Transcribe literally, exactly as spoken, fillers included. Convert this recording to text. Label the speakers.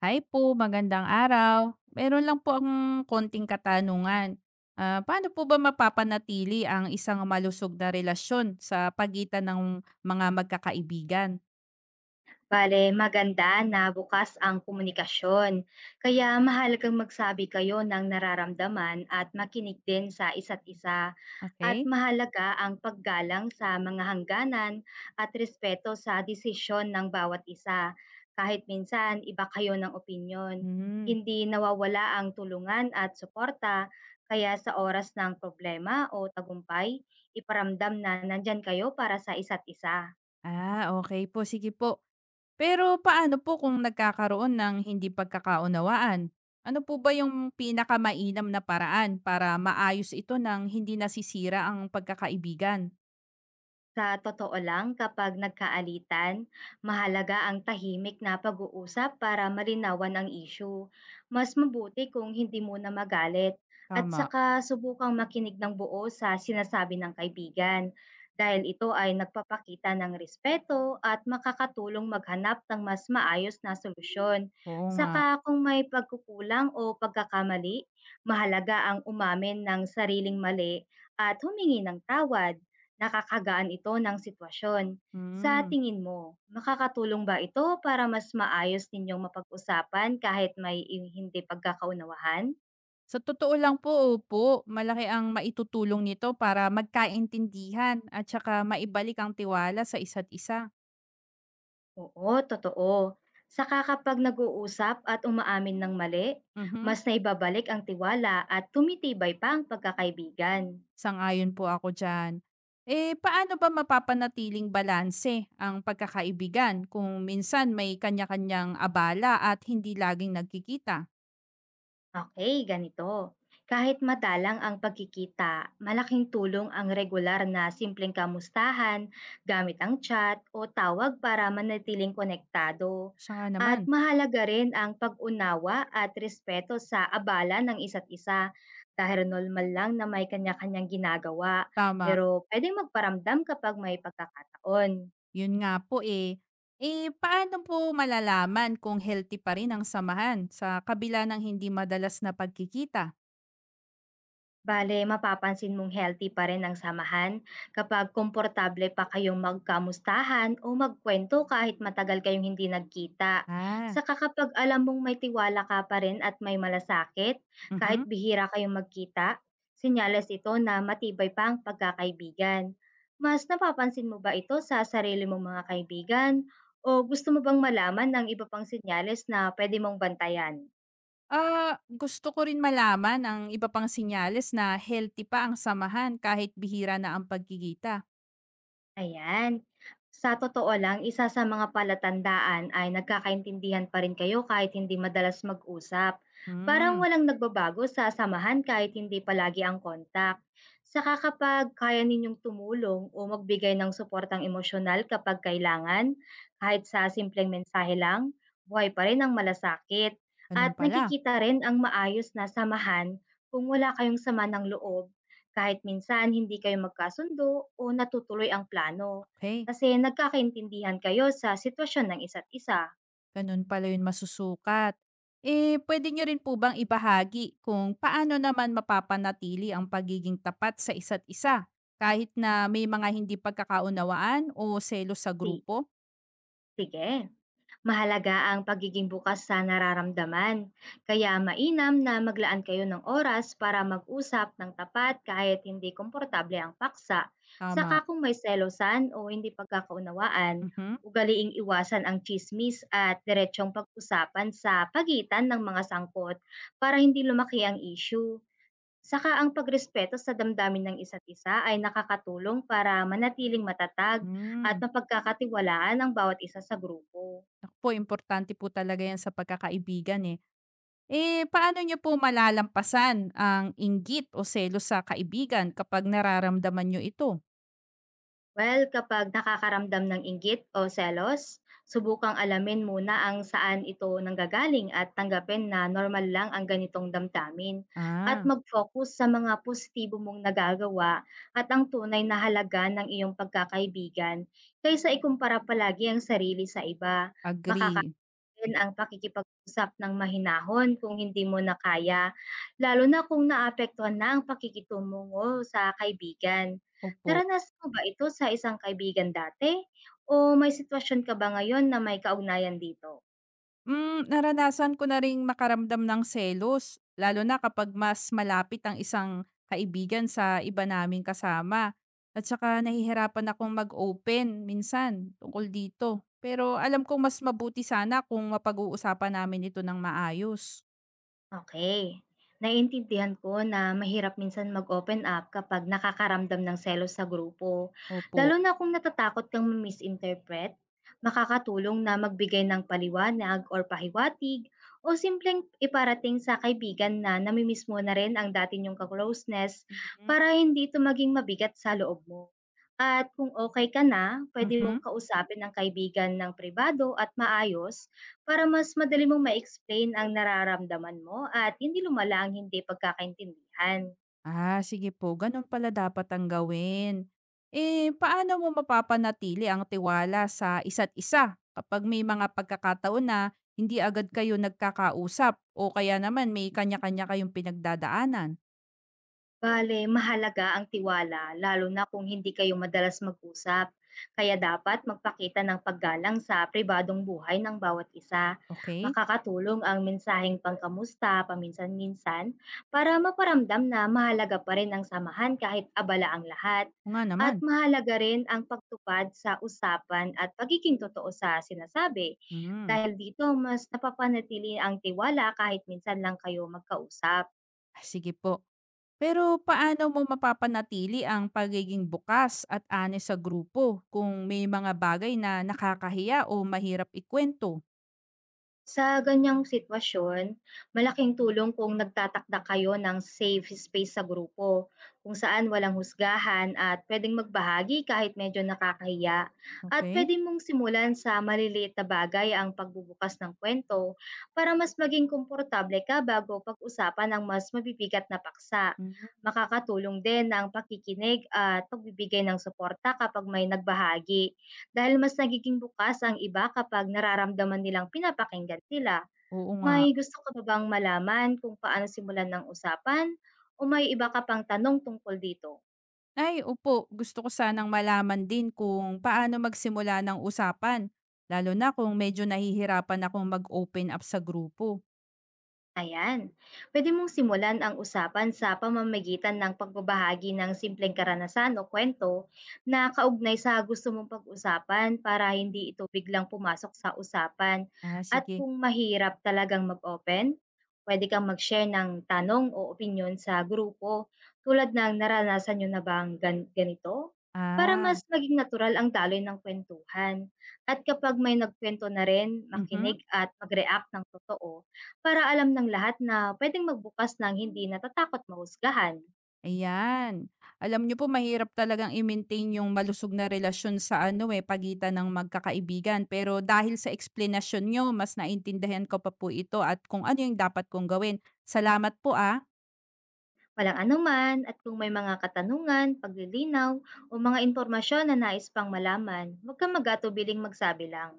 Speaker 1: Hi po, magandang araw. Meron lang po ang konting katanungan. Ah, paano po ba mapapanatili ang isang malusog na relasyon sa pagitan ng mga magkakaibigan?
Speaker 2: Bale, maganda na bukas ang komunikasyon. Kaya mahalagang magsabi kayo ng nararamdaman at makinig din sa isa't isa. At
Speaker 1: Okay?
Speaker 2: mahalaga ang paggalang sa mga hangganan at respeto sa desisyon ng bawat isa. Kahit minsan iba kayo ng opinyon,
Speaker 1: Hmm.
Speaker 2: hindi nawawala ang tulungan at suporta. Kaya sa oras ng problema o tagumpay, iparamdam na nandyan kayo para sa isa't isa.
Speaker 1: Ah, okay po. Sige po. Pero paano po kung nagkakaroon ng hindi pagkakaunawaan? Ano po ba yung pinakamainam na paraan para maayos ito ng hindi nasisira ang pagkakaibigan?
Speaker 2: Sa totoo lang, kapag nagkaalitan, mahalaga ang tahimik na pag-uusap para malinawan ang issue. Mas mabuti kung hindi muna magalit at
Speaker 1: Tama.
Speaker 2: saka subukang makinig ng buo sa sinasabi ng kaibigan, dahil ito ay nagpapakita ng respeto at makakatulong maghanap ng mas maayos na solusyon.
Speaker 1: Oo nga.
Speaker 2: Saka kung may pagkukulang o pagkakamali, mahalaga ang umamin ng sariling mali at humingi ng tawad, nakakagaan ito ng sitwasyon. Sa
Speaker 1: Hmm.
Speaker 2: tingin mo, makakatulong ba ito para mas maayos ninyong mapag-usapan kahit may i- hindi pagkakaunawahan?
Speaker 1: Sa totoo lang po, opo. Malaki ang maitutulong nito para magkaintindihan at saka maibalik ang tiwala sa isa't isa.
Speaker 2: Oo, totoo. Saka kapag nag-uusap at umaamin ng mali,
Speaker 1: Mhm.
Speaker 2: mas naibabalik ang tiwala at tumitibay pa ang pagkakaibigan.
Speaker 1: Sang-ayon po ako diyan. Eh, paano ba mapapanatiling balanse ang pagkakaibigan kung minsan may kanya-kanyang abala at hindi laging nagkikita?
Speaker 2: Okay, ganito. Kahit madalang ang pagkikita, malaking tulong ang regular na simpleng kamustahan gamit ang chat o tawag para manatiling konektado.
Speaker 1: Siya nga naman.
Speaker 2: At mahalaga rin ang pag-unawa at respeto sa abala ng isa't isa, dahil normal lang na may kanya-kanyang ginagawa
Speaker 1: Tama.
Speaker 2: pero pwedeng magparamdam kapag may pagkakataon.
Speaker 1: Yun nga po eh. Eh, paano po malalaman kung healthy pa rin ang samahan sa kabila ng hindi madalas na pagkikita?
Speaker 2: Bale, mapapansin mong healthy pa rin ang samahan kapag komportable pa kayong magkamustahan o magkwento kahit matagal kayong hindi nagkita.
Speaker 1: Ah,
Speaker 2: Saka kapag alam mong may tiwala ka pa rin at may malasakit, kahit
Speaker 1: mhm.
Speaker 2: bihira kayong magkita, senyales ito na matibay pa ang pagkakaibigan. Mas napapansin mo ba ito sa sarili mong mga kaibigan, o gusto mo bang malaman ng iba pang senyales na pwede mong bantayan?
Speaker 1: Ah, gusto ko rin malaman ang iba pang sinyales na healthy pa ang samahan kahit bihira na ang pagkikita.
Speaker 2: Ayan. Sa totoo lang, isa sa mga palatandaan ay nagkakaintindihan pa rin kayo kahit hindi madalas mag-usap. Parang
Speaker 1: Hmm,
Speaker 2: walang nagbabago sa samahan kahit hindi palagi ang kontak. Saka kapag kaya ninyong tumulong o magbigay ng suportang emosyonal kapag kailangan, kahit sa simpleng mensahe lang, buhay pa rin ang malasakit.
Speaker 1: ganun
Speaker 2: At
Speaker 1: pala.
Speaker 2: nakikita rin ang maayos na samahan kung wala kayong sama ng loob kahit minsan hindi kayo magkasundo o natutuloy ang plano,
Speaker 1: Okay,
Speaker 2: kasi nagkakaintindihan kayo sa sitwasyon ng isa't isa.
Speaker 1: ganun pala yun masusukat. Eh, pwede nyo rin po bang ibahagi kung paano naman mapapanatili ang pagiging tapat sa isa't isa kahit na may mga hindi pagkakaunawaan o selos sa
Speaker 2: Si-
Speaker 1: grupo?
Speaker 2: Sige, mahalaga ang pagiging bukas sa nararamdaman. Kaya mainam na maglaan kayo ng oras para mag-usap ng tapat kahit hindi komportable ang paksa.
Speaker 1: Tama.
Speaker 2: Saka kung may selosan o hindi pagkakaunawaan,
Speaker 1: Mhm.
Speaker 2: ugaliing iwasan ang chismis at diretsyong pag-usapan sa pagitan ng mga sangkot para hindi lumaki ang issue. Saka ang pagrespeto sa damdamin ng isa't isa ay nakakatulong para manatiling matatag at
Speaker 1: Hmm.
Speaker 2: mapagkakatiwalaan ang bawat isa sa grupo.
Speaker 1: Ako po, importante po talaga yan sa pagkakaibigan eh. Eh, paano niyo po malalampasan ang inggit o selos sa kaibigan kapag nararamdaman niyo ito?
Speaker 2: Well, kapag nakakaramdam ng inggit o selos, subukang alamin muna ang saan ito nanggagaling at tanggapin na normal lang ang ganitong damdamin, at
Speaker 1: Ah,
Speaker 2: mag-focus sa mga positibo mong nagagawa at ang tunay na halaga ng iyong pagkakaibigan kaysa ikumpara palagi ang sarili sa iba. Makaka
Speaker 1: agree.
Speaker 2: Yun ang pakikipag-usap ng mahinahon kung hindi mo na kaya, lalo na kung naapektuhan na ang pakikitungo sa kaibigan.
Speaker 1: Opo.
Speaker 2: Naranasan mo ba ito sa isang kaibigan dati, o may sitwasyon ka ba ngayon na may kaugnayan dito?
Speaker 1: Hmm, naranasan ko na ring makaramdam ng selos, lalo na kapag mas malapit ang isang kaibigan sa iba naming kasama. At saka nahihirapan akong mag-open minsan tungkol dito. Pero alam kong mas mabuti sana kung mapag-uusapan namin ito ng maayos.
Speaker 2: Okey. Naiintindihan ko na mahirap minsan mag-open up kapag nakakaramdam ng selos sa grupo,
Speaker 1: Opo.
Speaker 2: lalo na kung natatakot kang ma-misinterpret. Makakatulong na magbigay ng paliwanag or pahiwatig o simpleng iparating sa kaibigan na namimiss mo na rin ang dati niyong ka-closeness
Speaker 1: Mhm.
Speaker 2: para hindi ito maging mabigat sa loob mo. At kung okay ka na, pwede mong
Speaker 1: Mhm.
Speaker 2: kausapin ang kaibigan ng pribado at maayos para mas madali mong ma-explain ang nararamdaman mo at hindi lumala ang hindi pagkakaintindihan.
Speaker 1: Ah, sige po. Ganun pala dapat ang gawin. Eh, paano mo mapapanatili ang tiwala sa isa't isa kapag may mga pagkakataon na hindi agad kayo nagkakausap o kaya naman may kanya-kanya kayong pinagdadaanan?
Speaker 2: Bale, mahalaga ang tiwala lalo na kung hindi kayo madalas mag-usap. Kaya dapat magpakita ng paggalang sa pribadong buhay ng bawat isa.
Speaker 1: Okay?
Speaker 2: Makakatulong ang mensaheng pangkamusta paminsan-minsan para maparamdam na mahalaga pa rin ang samahan kahit abala ang lahat.
Speaker 1: O nga
Speaker 2: At
Speaker 1: naman.
Speaker 2: mahalaga rin ang pagtupad sa usapan at pagiging totoo sa sinasabi.
Speaker 1: Hmm.
Speaker 2: Dahil dito, mas napapanatili ang tiwala kahit minsan lang kayo magkausap.
Speaker 1: Ah, sige po. Pero paano mo mapapanatili ang pagiging bukas at anes sa grupo kung may mga bagay na nakakahiya o mahirap ikwento?
Speaker 2: Sa ganiyang sitwasyon, malaking tulong kung nagtatakda kayo ng safe space sa grupo, kung saan walang husgahan at pwedeng magbahagi kahit medyo nakakahiya. At
Speaker 1: Okay?
Speaker 2: pwede mong simulan sa maliliit na bagay ang pagbubukas ng kwento para mas maging komportable ka bago pag-usapan ang mas mabibigat na paksa.
Speaker 1: Mhm.
Speaker 2: Makakatulong din ang pakikinig at pagbibigay ng suporta kapag may nagbahagi, dahil mas nagiging bukas ang iba kapag nararamdaman nilang pinapakinggan sila.
Speaker 1: Oo nga.
Speaker 2: May gusto ka ba bang malaman kung paano simulan ng usapan, o may iba ka pang tanong tungkol dito?
Speaker 1: Ay, opo. Gusto ko sanang malaman din kung paano magsimula ng usapan, lalo na kung medyo nahihirapan akong mag-open up sa grupo.
Speaker 2: Ayan. Pwede mong simulan ang usapan sa pamamagitan ng pagbabahagi ng simpleng karanasan o kwento na kaugnay sa gusto mong pag-usapan para hindi ito biglang pumasok sa usapan.
Speaker 1: Ah,
Speaker 2: At
Speaker 1: sige.
Speaker 2: kung mahirap talagang mag-open, pwede kang mag-share ng tanong o opinyon sa grupo tulad ng naranasan nyo na bang gan- ganito para
Speaker 1: Ah,
Speaker 2: mas maging natural ang daloy ng kwentuhan. At kapag may nagkwento na rin,
Speaker 1: mhm.
Speaker 2: makinig at mag-react ng totoo para alam ng lahat na pwedeng magbukas ng hindi natatakot mahusgahan.
Speaker 1: Ayan. Alam niyo po, mahirap talagang i-maintain yung malusog na relasyon sa ano eh, pagitan ng magkakaibigan. Pero dahil sa explanation nyo, mas naintindihan ko pa po ito at kung ano yung dapat kong gawin. Salamat po ah.
Speaker 2: Walang anuman, at kung may mga katanungan, paglilinaw o mga impormasyon na nais pang malaman, huwag kang mag-atubiling magsabi lang.